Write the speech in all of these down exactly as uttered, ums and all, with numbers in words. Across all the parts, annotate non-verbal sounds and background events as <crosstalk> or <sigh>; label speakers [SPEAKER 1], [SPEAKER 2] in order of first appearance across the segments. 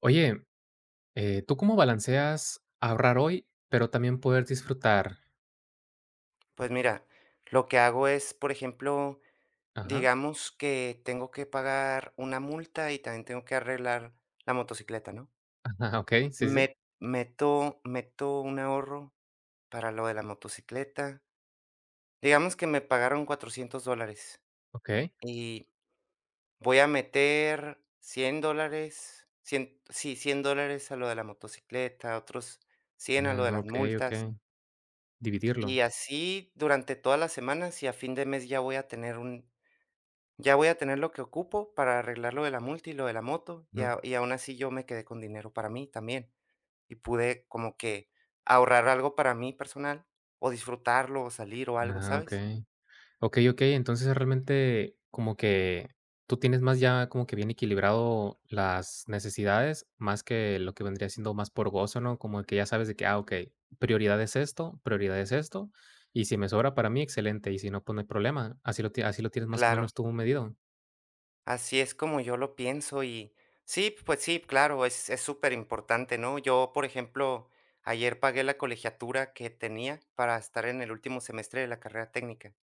[SPEAKER 1] Oye, eh, ¿tú cómo balanceas ahorrar hoy, pero también poder disfrutar?
[SPEAKER 2] Pues mira, lo que hago es, por ejemplo,
[SPEAKER 1] Ajá,
[SPEAKER 2] digamos que tengo que pagar una multa y también tengo que arreglar la motocicleta, ¿no?
[SPEAKER 1] ajá, okey, sí, sí,
[SPEAKER 2] Me- meto, meto un ahorro para lo de la motocicleta. Digamos que me pagaron cuatrocientos dólares
[SPEAKER 1] okey.
[SPEAKER 2] y voy a meter cien dólares, cien, sí, cien dólares a lo de la motocicleta, otros cien a lo de
[SPEAKER 1] Ah,
[SPEAKER 2] las
[SPEAKER 1] okey, okey,
[SPEAKER 2] multas.
[SPEAKER 1] dividirlo.
[SPEAKER 2] Y así durante todas las semanas y a fin de mes ya voy a tener un, ya voy a tener lo que ocupo para arreglar lo de la multa y lo de la moto, y,
[SPEAKER 1] Ujú.
[SPEAKER 2] a- y aún así yo me quedé con dinero para mí también, y pude como que ahorrar algo para mí personal, o disfrutarlo, o salir o algo,
[SPEAKER 1] Ah,
[SPEAKER 2] ¿sabes?
[SPEAKER 1] okey. Okey, okey, entonces realmente como que tú tienes más ya como que bien equilibrado las necesidades, más que lo que vendría siendo más por gozo, ¿no? Como que ya sabes de que, ah, okey, prioridad es esto, prioridad es esto, y si me sobra para mí, excelente, y si no, pues no hay problema. ¿Así lo tie así lo tienes más o
[SPEAKER 2] Claro,
[SPEAKER 1] menos tú medido?
[SPEAKER 2] así es como yo lo pienso, y sí, pues sí, claro, es es súper importante, ¿no? Yo, por ejemplo, ayer pagué la colegiatura que tenía para estar en el último semestre de la carrera técnica,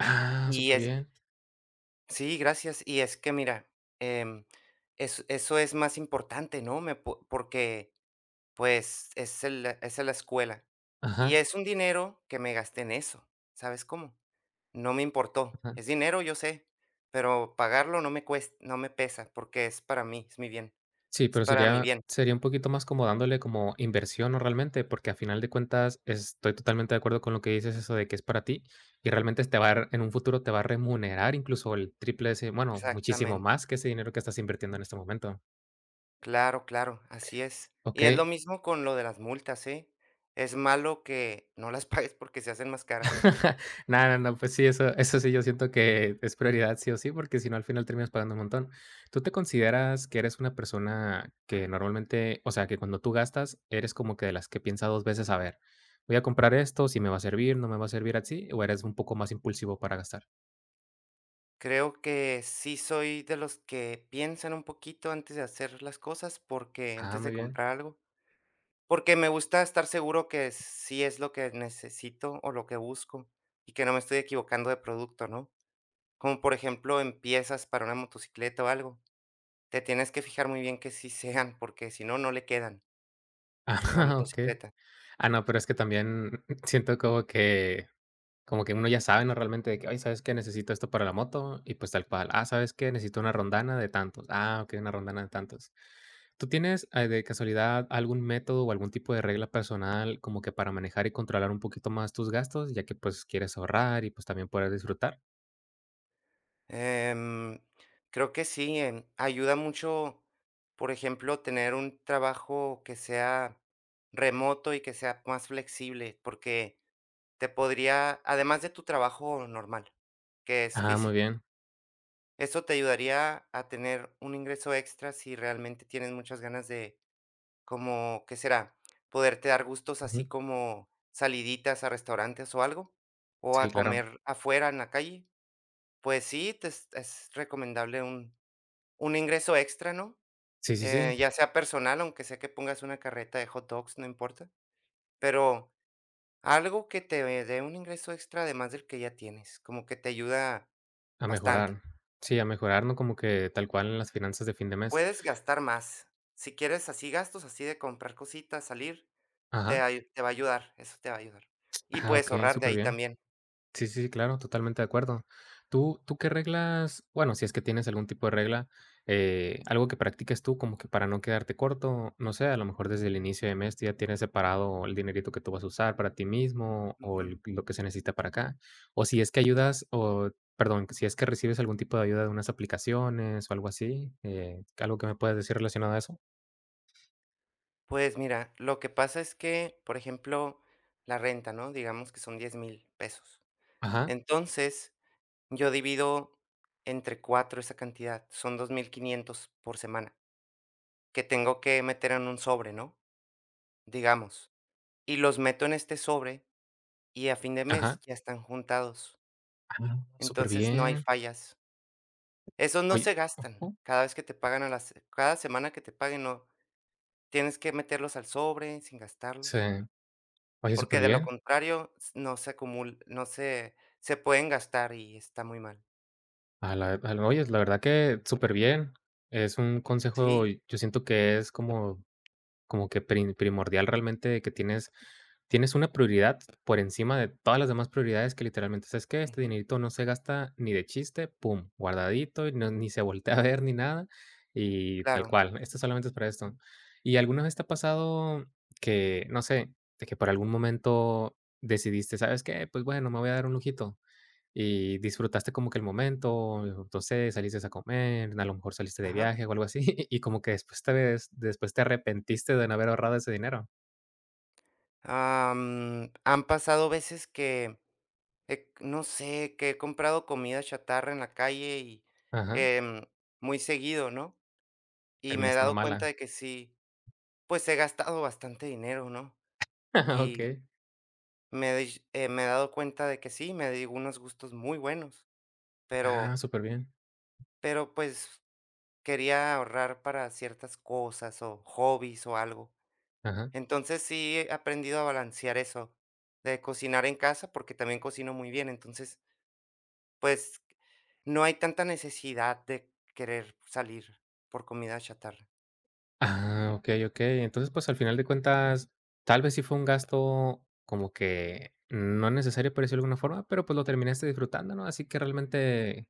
[SPEAKER 1] Ah,
[SPEAKER 2] y
[SPEAKER 1] súper
[SPEAKER 2] es,
[SPEAKER 1] bien.
[SPEAKER 2] sí, gracias. Y es que mira, em, es eso es más importante, ¿no? Me po Porque, pues, es el es la escuela. Y
[SPEAKER 1] Ajá,
[SPEAKER 2] es un dinero que me gasté en eso, ¿sabes cómo? No me importó.
[SPEAKER 1] ajá.
[SPEAKER 2] Es dinero, yo sé, pero pagarlo no me cuesta, no me pesa, porque es para mí, es mi bien,
[SPEAKER 1] Sí,
[SPEAKER 2] es
[SPEAKER 1] pero
[SPEAKER 2] para mi
[SPEAKER 1] sería
[SPEAKER 2] bien.
[SPEAKER 1] sería un poquito más como dándole como inversión, ¿no? Realmente, porque a final de cuentas estoy totalmente de acuerdo con lo que dices, eso de que es para ti y realmente te va a dar en un futuro te va a remunerar incluso el triple de ese, bueno, muchísimo
[SPEAKER 2] Exactamente.
[SPEAKER 1] más que ese dinero que estás invirtiendo en este momento.
[SPEAKER 2] Claro, claro, así es.
[SPEAKER 1] ¿Ok?
[SPEAKER 2] Y es lo mismo con lo de las multas, ¿eh? Es malo que no las <laughs> pagues porque se hacen más caras.
[SPEAKER 1] <laughs> No, no, no, pues sí, eso, eso sí, yo siento que es prioridad sí o sí, porque si no al final terminas pagando un montón. ¿Tú te consideras que eres una persona que normalmente, o sea, que cuando tú gastas, eres como que de las que piensa dos veces, a ver, voy a comprar esto, si me va a servir, no me va a servir así, o eres un poco más impulsivo para gastar?
[SPEAKER 2] Creo que sí soy de los que piensan un poquito antes de hacer las cosas, porque
[SPEAKER 1] Ah,
[SPEAKER 2] antes de
[SPEAKER 1] muy bien.
[SPEAKER 2] comprar algo, porque me gusta estar seguro que sí es lo que necesito o lo que busco y que no me estoy equivocando de producto, ¿no? Como por ejemplo en piezas para una motocicleta o algo, te tienes que fijar muy bien que sí sean, porque si no, no le quedan
[SPEAKER 1] <laughs>
[SPEAKER 2] a la
[SPEAKER 1] Ah, ok.
[SPEAKER 2] motocicleta.
[SPEAKER 1] Ah, no, pero es que también <laughs> siento como que Como que uno ya sabe, ¿no? Realmente de que: "Ay, ¿sabes qué? Necesito esto para la moto", y pues tal cual. "Ah, ¿sabes qué? Necesito una rondana de tantos". "Ah, ok, una rondana de tantos". ¿Tú tienes, eh, de casualidad algún método o algún tipo de regla personal como que para manejar y controlar un poquito más tus gastos, ya que, pues, quieres ahorrar y, pues, también poder disfrutar?
[SPEAKER 2] Em, Creo que sí, em, ayuda mucho, por ejemplo, tener un trabajo que sea remoto y que sea más flexible, porque te podría, además de tu trabajo normal, que es
[SPEAKER 1] Ah, muy
[SPEAKER 2] físico,
[SPEAKER 1] bien.
[SPEAKER 2] eso te ayudaría a tener un ingreso extra si realmente tienes muchas ganas de, como, ¿qué será? Poderte dar gustos así
[SPEAKER 1] Ujú.
[SPEAKER 2] como saliditas a restaurantes o algo, o
[SPEAKER 1] Sí,
[SPEAKER 2] a
[SPEAKER 1] claro.
[SPEAKER 2] comer afuera en la calle. Pues sí, te es es recomendable un un ingreso extra, ¿no?
[SPEAKER 1] Sí, sí, sí,
[SPEAKER 2] Eh, ya sea personal, aunque sea que pongas una carreta de hot dogs, no importa, pero algo que te dé un ingreso extra además del que ya tienes, como que te ayuda
[SPEAKER 1] a
[SPEAKER 2] bastante.
[SPEAKER 1] mejorar. Sí, a mejorar, ¿no? Como que tal cual en las finanzas de fin de mes.
[SPEAKER 2] Puedes gastar más. Si quieres así gastos, así de comprar cositas, salir, te
[SPEAKER 1] Ajá.
[SPEAKER 2] ay- te va a ayudar, eso te va a ayudar. Y
[SPEAKER 1] Ah,
[SPEAKER 2] puedes
[SPEAKER 1] ok,
[SPEAKER 2] ahorrar de
[SPEAKER 1] súper
[SPEAKER 2] ahí
[SPEAKER 1] bien.
[SPEAKER 2] también.
[SPEAKER 1] Sí, sí, sí, claro, totalmente de acuerdo. ¿Tú tú qué reglas? Bueno, si es que tienes algún tipo de regla, eh, algo que practiques tú como que para no quedarte corto, no sé, a lo mejor desde el inicio de mes tú ya tienes separado el dinerito que tú vas a usar para ti mismo o
[SPEAKER 2] Ujú.
[SPEAKER 1] el lo que se necesita para acá, o si es que ayudas o perdón, si es que recibes algún tipo de ayuda de unas aplicaciones o algo así, eh, ¿algo que me puedas decir relacionado a eso?
[SPEAKER 2] Pues mira, lo que pasa es que, por ejemplo, la renta, ¿no? Digamos que son diez mil pesos.
[SPEAKER 1] Ajá,
[SPEAKER 2] Entonces, yo divido entre cuatro esa cantidad, son dos mil quinientos por semana, que tengo que meter en un sobre, ¿no?, digamos, y los meto en este sobre, y a fin de mes
[SPEAKER 1] ajá,
[SPEAKER 2] ya están juntados,
[SPEAKER 1] ah, súper
[SPEAKER 2] entonces no hay
[SPEAKER 1] bien.
[SPEAKER 2] fallas. Esos no
[SPEAKER 1] Oye,
[SPEAKER 2] se gastan,
[SPEAKER 1] ujú,
[SPEAKER 2] cada vez que te pagan a las cada semana que te paguen, no, tienes que meterlos al sobre sin
[SPEAKER 1] sí,
[SPEAKER 2] gastarlos,
[SPEAKER 1] oye,
[SPEAKER 2] porque
[SPEAKER 1] súper
[SPEAKER 2] de lo
[SPEAKER 1] bien.
[SPEAKER 2] contrario, s no se acumul no se se pueden gastar y está muy mal.
[SPEAKER 1] A la a la oye, la verdad que súper bien. Es un consejo,
[SPEAKER 2] Sí,
[SPEAKER 1] y yo siento que es como como que prim primordial realmente que tienes tienes una prioridad por encima de todas las demás prioridades que literalmente, ¿sabes qué? Este
[SPEAKER 2] ujú,
[SPEAKER 1] dinerito no se gasta ni de chiste, pum, guardadito, y no ni se voltea a ver ni nada, y tal
[SPEAKER 2] claro,
[SPEAKER 1] cual, esto solamente es para esto. ¿Y alguna vez te ha pasado que, no sé, de que por algún momento decidiste, sabes qué? Pues bueno, ¿me voy a dar un lujito? Y disfrutaste como que el momento, entonces saliste a comer, a lo mejor saliste de
[SPEAKER 2] ajá.
[SPEAKER 1] viaje o algo así, <laughs> y como que después te ves después te arrepentiste de no haber ahorrado ese dinero.
[SPEAKER 2] Am, han pasado veces que, eh, no sé, que he comprado comida chatarra en la calle y
[SPEAKER 1] Ajá,
[SPEAKER 2] em, muy seguido, ¿no? Y me he
[SPEAKER 1] terminas siendo
[SPEAKER 2] dado
[SPEAKER 1] mala.
[SPEAKER 2] cuenta de que sí, pues he gastado bastante dinero, ¿no?
[SPEAKER 1] <laughs>
[SPEAKER 2] Y
[SPEAKER 1] Okey.
[SPEAKER 2] me, doy- eh, me he dado cuenta de que sí, me di unos gustos muy buenos,
[SPEAKER 1] Ah,
[SPEAKER 2] pero,
[SPEAKER 1] superbién.
[SPEAKER 2] pero pues quería ahorrar para ciertas cosas o hobbies o algo.
[SPEAKER 1] Ajá.
[SPEAKER 2] Entonces sí he aprendido a balancear eso de cocinar en casa porque también cocino muy bien, entonces. Pues, no hay tanta necesidad de querer salir por comida chatarra.
[SPEAKER 1] Ah, okey, okey. Entonces, pues, al final de cuentas, tal vez sí fue un gasto como que no necesario, por decirlo de alguna forma, pero, pues, lo terminaste disfrutando, ¿no? Así que realmente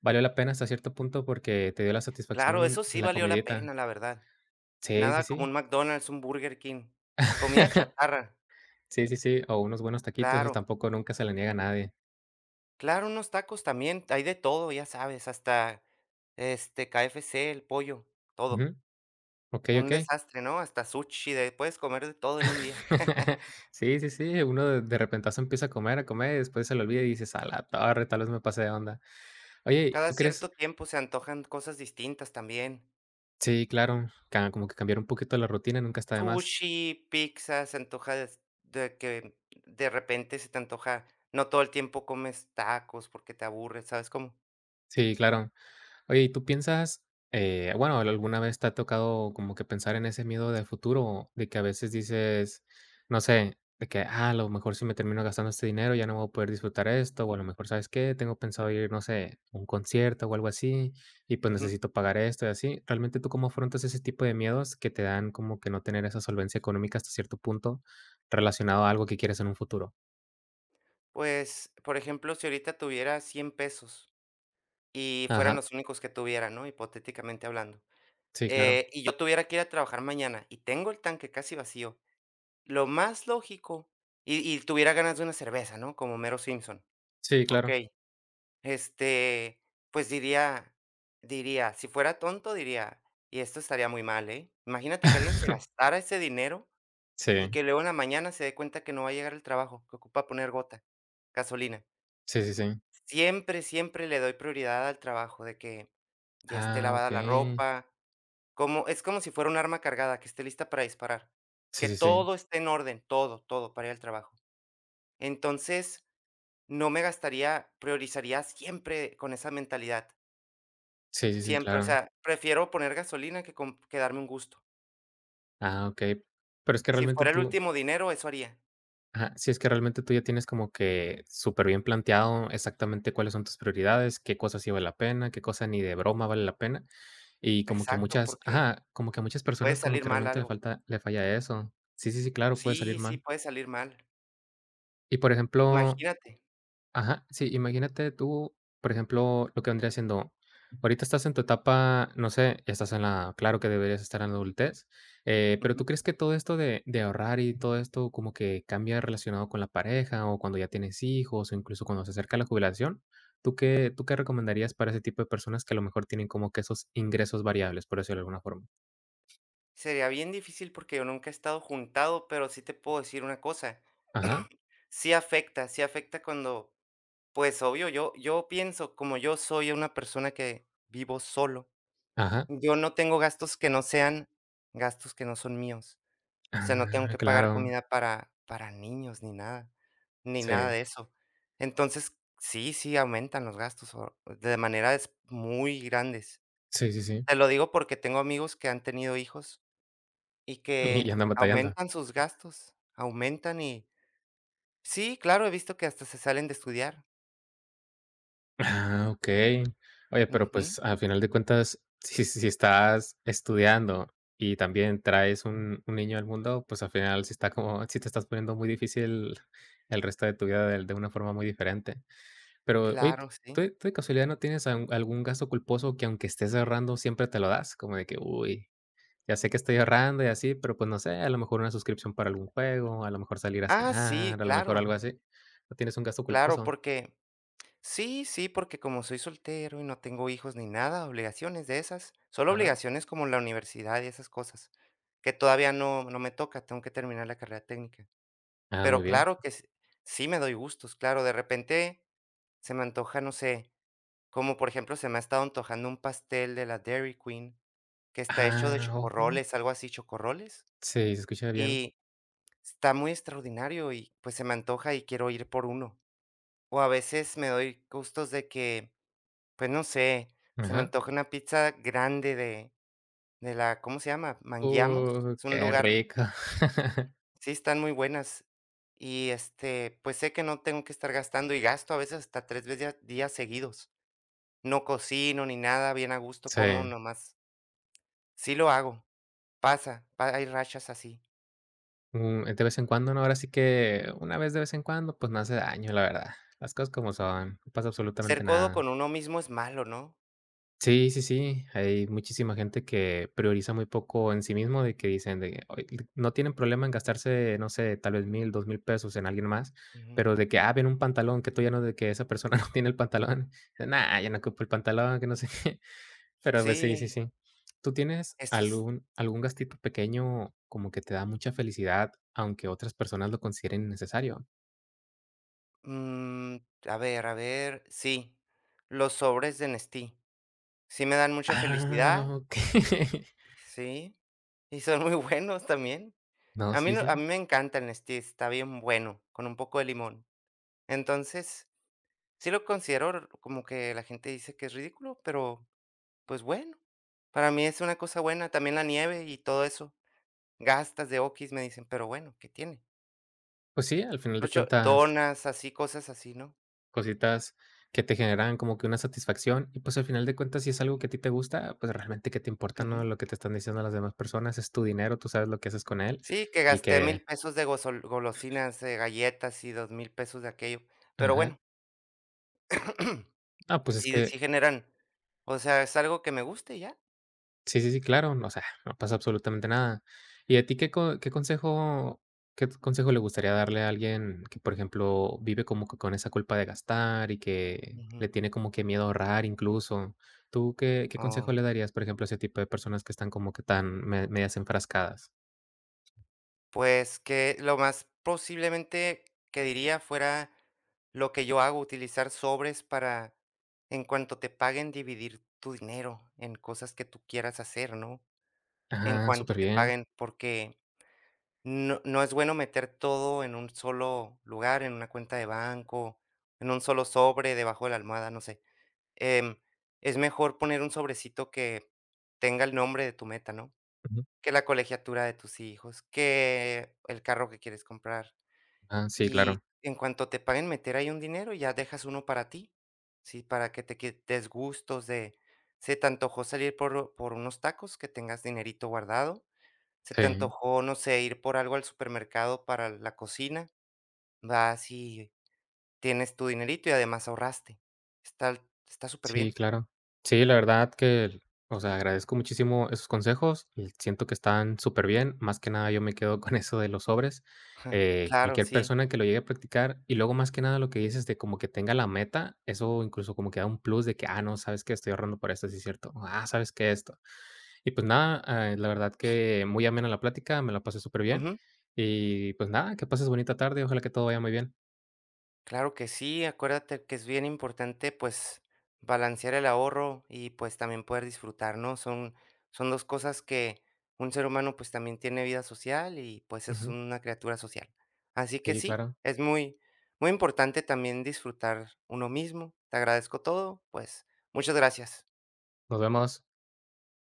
[SPEAKER 1] valió la pena hasta cierto punto porque te dio la
[SPEAKER 2] Claro,
[SPEAKER 1] satisfacción
[SPEAKER 2] eso sí
[SPEAKER 1] la
[SPEAKER 2] valió la
[SPEAKER 1] comidita.
[SPEAKER 2] pena, la verdad.
[SPEAKER 1] Sí,
[SPEAKER 2] Nada
[SPEAKER 1] sí,
[SPEAKER 2] como un
[SPEAKER 1] sí.
[SPEAKER 2] McDonald's, un Burger King. Comida chatarra,
[SPEAKER 1] Sí, sí, sí, o unos buenos taquitos, esos
[SPEAKER 2] claro.
[SPEAKER 1] tampoco nunca se le niega a nadie.
[SPEAKER 2] Claro, unos tacos también, hay de todo, ya sabes, hasta, este, K F C, el pollo,
[SPEAKER 1] Ujú.
[SPEAKER 2] todo.
[SPEAKER 1] Okey,
[SPEAKER 2] Un
[SPEAKER 1] okey.
[SPEAKER 2] desastre, ¿no? Hasta sushi, de puedes comer de todo en un día. <laughs>
[SPEAKER 1] <laughs> Sí, sí, sí, uno de de repentazo empieza a comer, a comer, y después se le olvida y dices: "A la torre, tal vez me pasé de onda". Oye,
[SPEAKER 2] Cada
[SPEAKER 1] ¿tú crees?
[SPEAKER 2] cierto tiempo se antojan cosas distintas también.
[SPEAKER 1] Sí, claro, ca como que cambiar un poquito la rutina nunca está de más.
[SPEAKER 2] Sushi, pizzas, se antoja des de que de repente se te antoja no todo el tiempo comes tacos porque te aburres, ¿sabes cómo?
[SPEAKER 1] Sí, claro. Oye, ¿y tú piensas, eh, bueno, alguna vez te ha tocado como que pensar en ese miedo del futuro, de que a veces dices, no sé, de que "Ah, a lo mejor si me termino gastando este dinero ya no voy a poder disfrutar esto, o a lo mejor, ¿sabes qué? Tengo pensado ir, no sé, a un concierto o algo así, y pues
[SPEAKER 2] Ujú.
[SPEAKER 1] necesito pagar esto y así. ¿Realmente tú cómo afrontas ese tipo de miedos que te dan como que no tener esa solvencia económica hasta cierto punto relacionado a algo que quieres en un futuro?
[SPEAKER 2] Pues, por ejemplo, si ahorita tuviera cien pesos y fueran
[SPEAKER 1] Ajá,
[SPEAKER 2] los únicos que tuviera, ¿no?, hipotéticamente hablando,
[SPEAKER 1] sí, claro.
[SPEAKER 2] eh, y yo tuviera que ir a trabajar mañana y tengo el tanque casi vacío, lo más lógico y y tuviera ganas de una cerveza, ¿no?, como Mero Simpson,
[SPEAKER 1] Sí,
[SPEAKER 2] ¿ok?
[SPEAKER 1] claro.
[SPEAKER 2] Este, pues diría diría, si fuera tonto, diría: "Y esto estaría muy mal, ¿eh?". Imagínate que alguien se
[SPEAKER 1] <laughs>
[SPEAKER 2] gastara ese dinero y
[SPEAKER 1] Sí,
[SPEAKER 2] que luego en la mañana se dé cuenta que no va a llegar al trabajo, que ocupa poner gota, gasolina.
[SPEAKER 1] sí, sí, sí.
[SPEAKER 2] Siempre, siempre le doy prioridad al trabajo, de que ya esté
[SPEAKER 1] Ah,
[SPEAKER 2] lavada la
[SPEAKER 1] okey.
[SPEAKER 2] ropa, como es como si fuera un arma cargada, que esté lista para disparar,
[SPEAKER 1] Sí,
[SPEAKER 2] que
[SPEAKER 1] sí, sí.
[SPEAKER 2] todo esté en orden, todo, todo para ir al trabajo. Entonces, no me gastaría priorizaría siempre con esa mentalidad.
[SPEAKER 1] Sí, sí, sí,
[SPEAKER 2] Siempre, o
[SPEAKER 1] claro.
[SPEAKER 2] sea, prefiero poner gasolina que com que darme un gusto.
[SPEAKER 1] Ah, okey. Pero es que
[SPEAKER 2] Si
[SPEAKER 1] realmente
[SPEAKER 2] fuera el
[SPEAKER 1] tú
[SPEAKER 2] último dinero, eso haría.
[SPEAKER 1] ajá, sí, es que realmente tú ya tienes como que súper bien planteado exactamente cuáles son tus prioridades, qué cosas sí vale la pena, qué cosa ni de broma vale la pena, y como que a
[SPEAKER 2] Exacto,
[SPEAKER 1] muchas
[SPEAKER 2] porque
[SPEAKER 1] ajá, como que a muchas
[SPEAKER 2] puede
[SPEAKER 1] personas como
[SPEAKER 2] salir
[SPEAKER 1] que
[SPEAKER 2] mal
[SPEAKER 1] realmente le
[SPEAKER 2] algo.
[SPEAKER 1] falta le falla eso. Sí, sí, sí, claro, puede salir
[SPEAKER 2] Sí, sí,
[SPEAKER 1] mal.
[SPEAKER 2] puede salir mal.
[SPEAKER 1] Y, por ejemplo.
[SPEAKER 2] Imagínate.
[SPEAKER 1] Ajá, sí, imagínate tú, por ejemplo, lo que vendría siendo, ahorita estás en tu etapa, no sé, ya estás en la, claro que deberías estar en la adultez, eh, pero
[SPEAKER 2] Ujú.
[SPEAKER 1] ¿tú crees que todo esto de, de ahorrar y todo esto como que cambia relacionado con la pareja o cuando ya tienes hijos o incluso cuando se acerca la jubilación? ¿Tú qué, tú qué recomendarías para ese tipo de personas que a lo mejor tienen como que esos ingresos variables, por decirlo de alguna forma?
[SPEAKER 2] Sería bien difícil porque yo nunca he estado juntado, pero sí te puedo decir una cosa,
[SPEAKER 1] Ajá,
[SPEAKER 2] sí afecta, sí afecta cuando, pues, obvio, yo yo pienso, como yo soy una persona que vivo solo,
[SPEAKER 1] ajá,
[SPEAKER 2] yo no tengo gastos que no sean gastos que no son míos. O sea, no tengo
[SPEAKER 1] ah,
[SPEAKER 2] que pagar
[SPEAKER 1] claro,
[SPEAKER 2] comida para para niños ni nada, ni nada
[SPEAKER 1] sí,
[SPEAKER 2] de eso. Entonces, sí, sí aumentan los gastos, o de maneras muy grandes.
[SPEAKER 1] sí, sí, sí,
[SPEAKER 2] Te lo digo porque tengo amigos que han tenido hijos y
[SPEAKER 1] <laughs> y
[SPEAKER 2] que
[SPEAKER 1] andan batallando.
[SPEAKER 2] aumentan sus gastos, aumentan y sí, claro, he visto que hasta se salen de estudiar.
[SPEAKER 1] Ah, okey. Oye, pero,
[SPEAKER 2] Ujú,
[SPEAKER 1] pues, al final de cuentas, si si estás estudiando y también traes un un niño al mundo, pues, al final sí está como si te estás poniendo muy difícil el resto de tu vida de de una forma muy diferente. Pero, oye,
[SPEAKER 2] claro,
[SPEAKER 1] ¿tú
[SPEAKER 2] sí.
[SPEAKER 1] tú de casualidad no tienes al algún gasto culposo que aunque estés ahorrando siempre te lo das? Como de que: "Uy, ya sé que estoy ahorrando y así, pero, pues, no sé, a lo mejor una suscripción para algún juego, a lo mejor salir a
[SPEAKER 2] Ah, sí,
[SPEAKER 1] cenar, a lo mejor
[SPEAKER 2] claro,
[SPEAKER 1] algo así". ¿No tienes un gasto
[SPEAKER 2] claro,
[SPEAKER 1] culposo?
[SPEAKER 2] porque sí, sí, porque como soy soltero y no tengo hijos ni nada, obligaciones de esas, solo
[SPEAKER 1] Ajá.
[SPEAKER 2] obligaciones como la universidad y esas cosas, que todavía no, no me toca, tengo que terminar la carrera técnica.
[SPEAKER 1] Ah,
[SPEAKER 2] Pero
[SPEAKER 1] muy bien.
[SPEAKER 2] claro que s- sí me doy gustos, claro, de repente se me antoja, no sé, como por ejemplo se me ha estado antojando un pastel de la Dairy Queen, que está hecho de
[SPEAKER 1] Ah, ojo.
[SPEAKER 2] chocorroles, algo así, chocorroles,
[SPEAKER 1] Sí, se escucha bien.
[SPEAKER 2] y está muy extraordinario y pues se me antoja y quiero ir por uno. O a veces me doy gustos de que, pues, no sé, se me
[SPEAKER 1] Ajá.
[SPEAKER 2] antoja una pizza grande de de la, ¿cómo se llama? Manguiamos,
[SPEAKER 1] Uh,
[SPEAKER 2] es un
[SPEAKER 1] qué
[SPEAKER 2] lugar,
[SPEAKER 1] rico. <laughs>
[SPEAKER 2] sí, están muy buenas. Y, este, pues sé que no tengo que estar gastando, y gasto a veces hasta tres veces días seguidos. No cocino ni nada, bien a gusto,
[SPEAKER 1] Sí,
[SPEAKER 2] como nomás. Sí lo hago, pasa, pa hay rachas así.
[SPEAKER 1] mm, de vez en cuando, ¿no? Ahora sí que una vez de vez en cuando, pues no hace daño, la verdad. Las cosas como son, no pasa
[SPEAKER 2] Ser
[SPEAKER 1] absolutamente
[SPEAKER 2] codo
[SPEAKER 1] nada.
[SPEAKER 2] con uno mismo es malo, ¿no?
[SPEAKER 1] Sí, sí, sí. Hay muchísima gente que prioriza muy poco en sí mismo, de que dicen de: "Ay", no tienen problema en gastarse, no sé, tal vez mil dos mil pesos en alguien más,
[SPEAKER 2] Ujú.
[SPEAKER 1] pero de que, ah, ven un pantalón que tú ya no de que esa persona <laughs> no tiene el pantalón. No, ya no ocupo el pantalón, que no sé qué. Pero pues sí, sí,
[SPEAKER 2] Sí,
[SPEAKER 1] sí. ¿Tú tienes
[SPEAKER 2] esto es,
[SPEAKER 1] algún algún gastito pequeño como que te da mucha felicidad, aunque otras personas lo consideren innecesario?
[SPEAKER 2] mm, a ver, a ver, sí, los sobres de Nestí. Sí me dan mucha felicidad.
[SPEAKER 1] Ah, ok. <laughs>
[SPEAKER 2] Sí, y son muy buenos también.
[SPEAKER 1] No,
[SPEAKER 2] A mí
[SPEAKER 1] sí,
[SPEAKER 2] no
[SPEAKER 1] sí.
[SPEAKER 2] a mí me encanta el Nestí, está bien bueno, con un poco de limón. Entonces, sí lo considero, r como que la gente dice que es ridículo, pero, pues, bueno, para mí es una cosa buena. También la nieve y todo eso, gastas de Oquis, me dicen, pero bueno, ¿qué tiene?
[SPEAKER 1] Pues sí, al final de
[SPEAKER 2] Los cho
[SPEAKER 1] cuentas.
[SPEAKER 2] donas, así, cosas así, ¿no?
[SPEAKER 1] Cositas que te generan como que una satisfacción y, pues, al final de cuentas, si es algo que a ti te gusta, pues, realmente, ¿qué te importa,
[SPEAKER 2] Ujú.
[SPEAKER 1] no?, lo que te están diciendo las demás personas, es tu dinero, tú sabes lo que haces con él
[SPEAKER 2] Sí, que
[SPEAKER 1] y
[SPEAKER 2] gasté
[SPEAKER 1] que
[SPEAKER 2] mil pesos de gosol golosinas, de galletas y dos mil pesos de aquello, pero
[SPEAKER 1] ajá.
[SPEAKER 2] bueno. <clears throat>
[SPEAKER 1] No, pues, es
[SPEAKER 2] Sí,
[SPEAKER 1] que
[SPEAKER 2] sí generan, o sea, es algo que me guste y ya.
[SPEAKER 1] sí, sí, sí, claro, no, o sea, no pasa absolutamente nada. ¿Y a ti qué co qué consejo qué consejo le gustaría darle a alguien que, por ejemplo, vive como que con esa culpa de gastar y que
[SPEAKER 2] Ujú.
[SPEAKER 1] le tiene como que miedo a ahorrar incluso? ¿Tú qué qué consejo
[SPEAKER 2] Oh,
[SPEAKER 1] le darías, por ejemplo, a ese tipo de personas que están como que tan me medias enfrascadas?
[SPEAKER 2] pues, que lo más posiblemente que diría fuera lo que yo hago, utilizar sobres para, en cuanto te paguen, dividir tu dinero en cosas que tú quieras hacer, ¿no? En
[SPEAKER 1] Ajá,
[SPEAKER 2] cuanto te
[SPEAKER 1] superbién.
[SPEAKER 2] paguen, porque no no es bueno meter todo en un solo lugar, en una cuenta de banco, en un solo sobre, debajo de la almohada, no sé. em, es mejor poner un sobrecito que tenga el nombre de tu meta, ¿no?
[SPEAKER 1] Ujú.
[SPEAKER 2] Que la colegiatura de tus hijos, que el carro que quieres comprar.
[SPEAKER 1] Ah, sí,
[SPEAKER 2] Y
[SPEAKER 1] claro.
[SPEAKER 2] en cuanto te paguen, meter ahí un dinero y ya dejas uno para ti, ¿sí? Para que te quites gustos de, se te antojó salir por, por unos tacos, que tengas dinerito guardado. Se te
[SPEAKER 1] Sí,
[SPEAKER 2] antojó, no sé, ir por algo al supermercado para la cocina. Vas y tienes tu dinerito y además ahorraste. Está, está súper bien.
[SPEAKER 1] sí, claro. Sí, la verdad que, o sea, agradezco muchísimo esos consejos, y siento que están súper bien. Más que nada, yo me quedo con eso de los sobres.
[SPEAKER 2] <laughs>
[SPEAKER 1] Eh,
[SPEAKER 2] Claro,
[SPEAKER 1] cualquier
[SPEAKER 2] sí.
[SPEAKER 1] persona que lo llegue a practicar, y luego, más que nada, lo que dices de como que tenga la meta, eso incluso como que da un plus de que, ah, no, ¿sabes que estoy ahorrando para esto?, sí es cierto. Ah, ¿sabes que esto? Y pues nada, eh, la verdad que muy amena la plática, me la pasé súper bien.
[SPEAKER 2] Ujú,
[SPEAKER 1] Y pues nada, que pases bonita tarde, ojalá que todo vaya muy bien.
[SPEAKER 2] claro que sí, acuérdate que es bien importante, pues, balancear el ahorro y, pues, también poder disfrutar, ¿no? Son son dos cosas que un ser humano, pues, también tiene vida social y, pues, es
[SPEAKER 1] Ujú.
[SPEAKER 2] una criatura social. Así que
[SPEAKER 1] Sí,
[SPEAKER 2] sí,
[SPEAKER 1] claro.
[SPEAKER 2] es muy muy importante también disfrutar uno mismo. Te agradezco todo, pues, muchas gracias.
[SPEAKER 1] Nos vemos.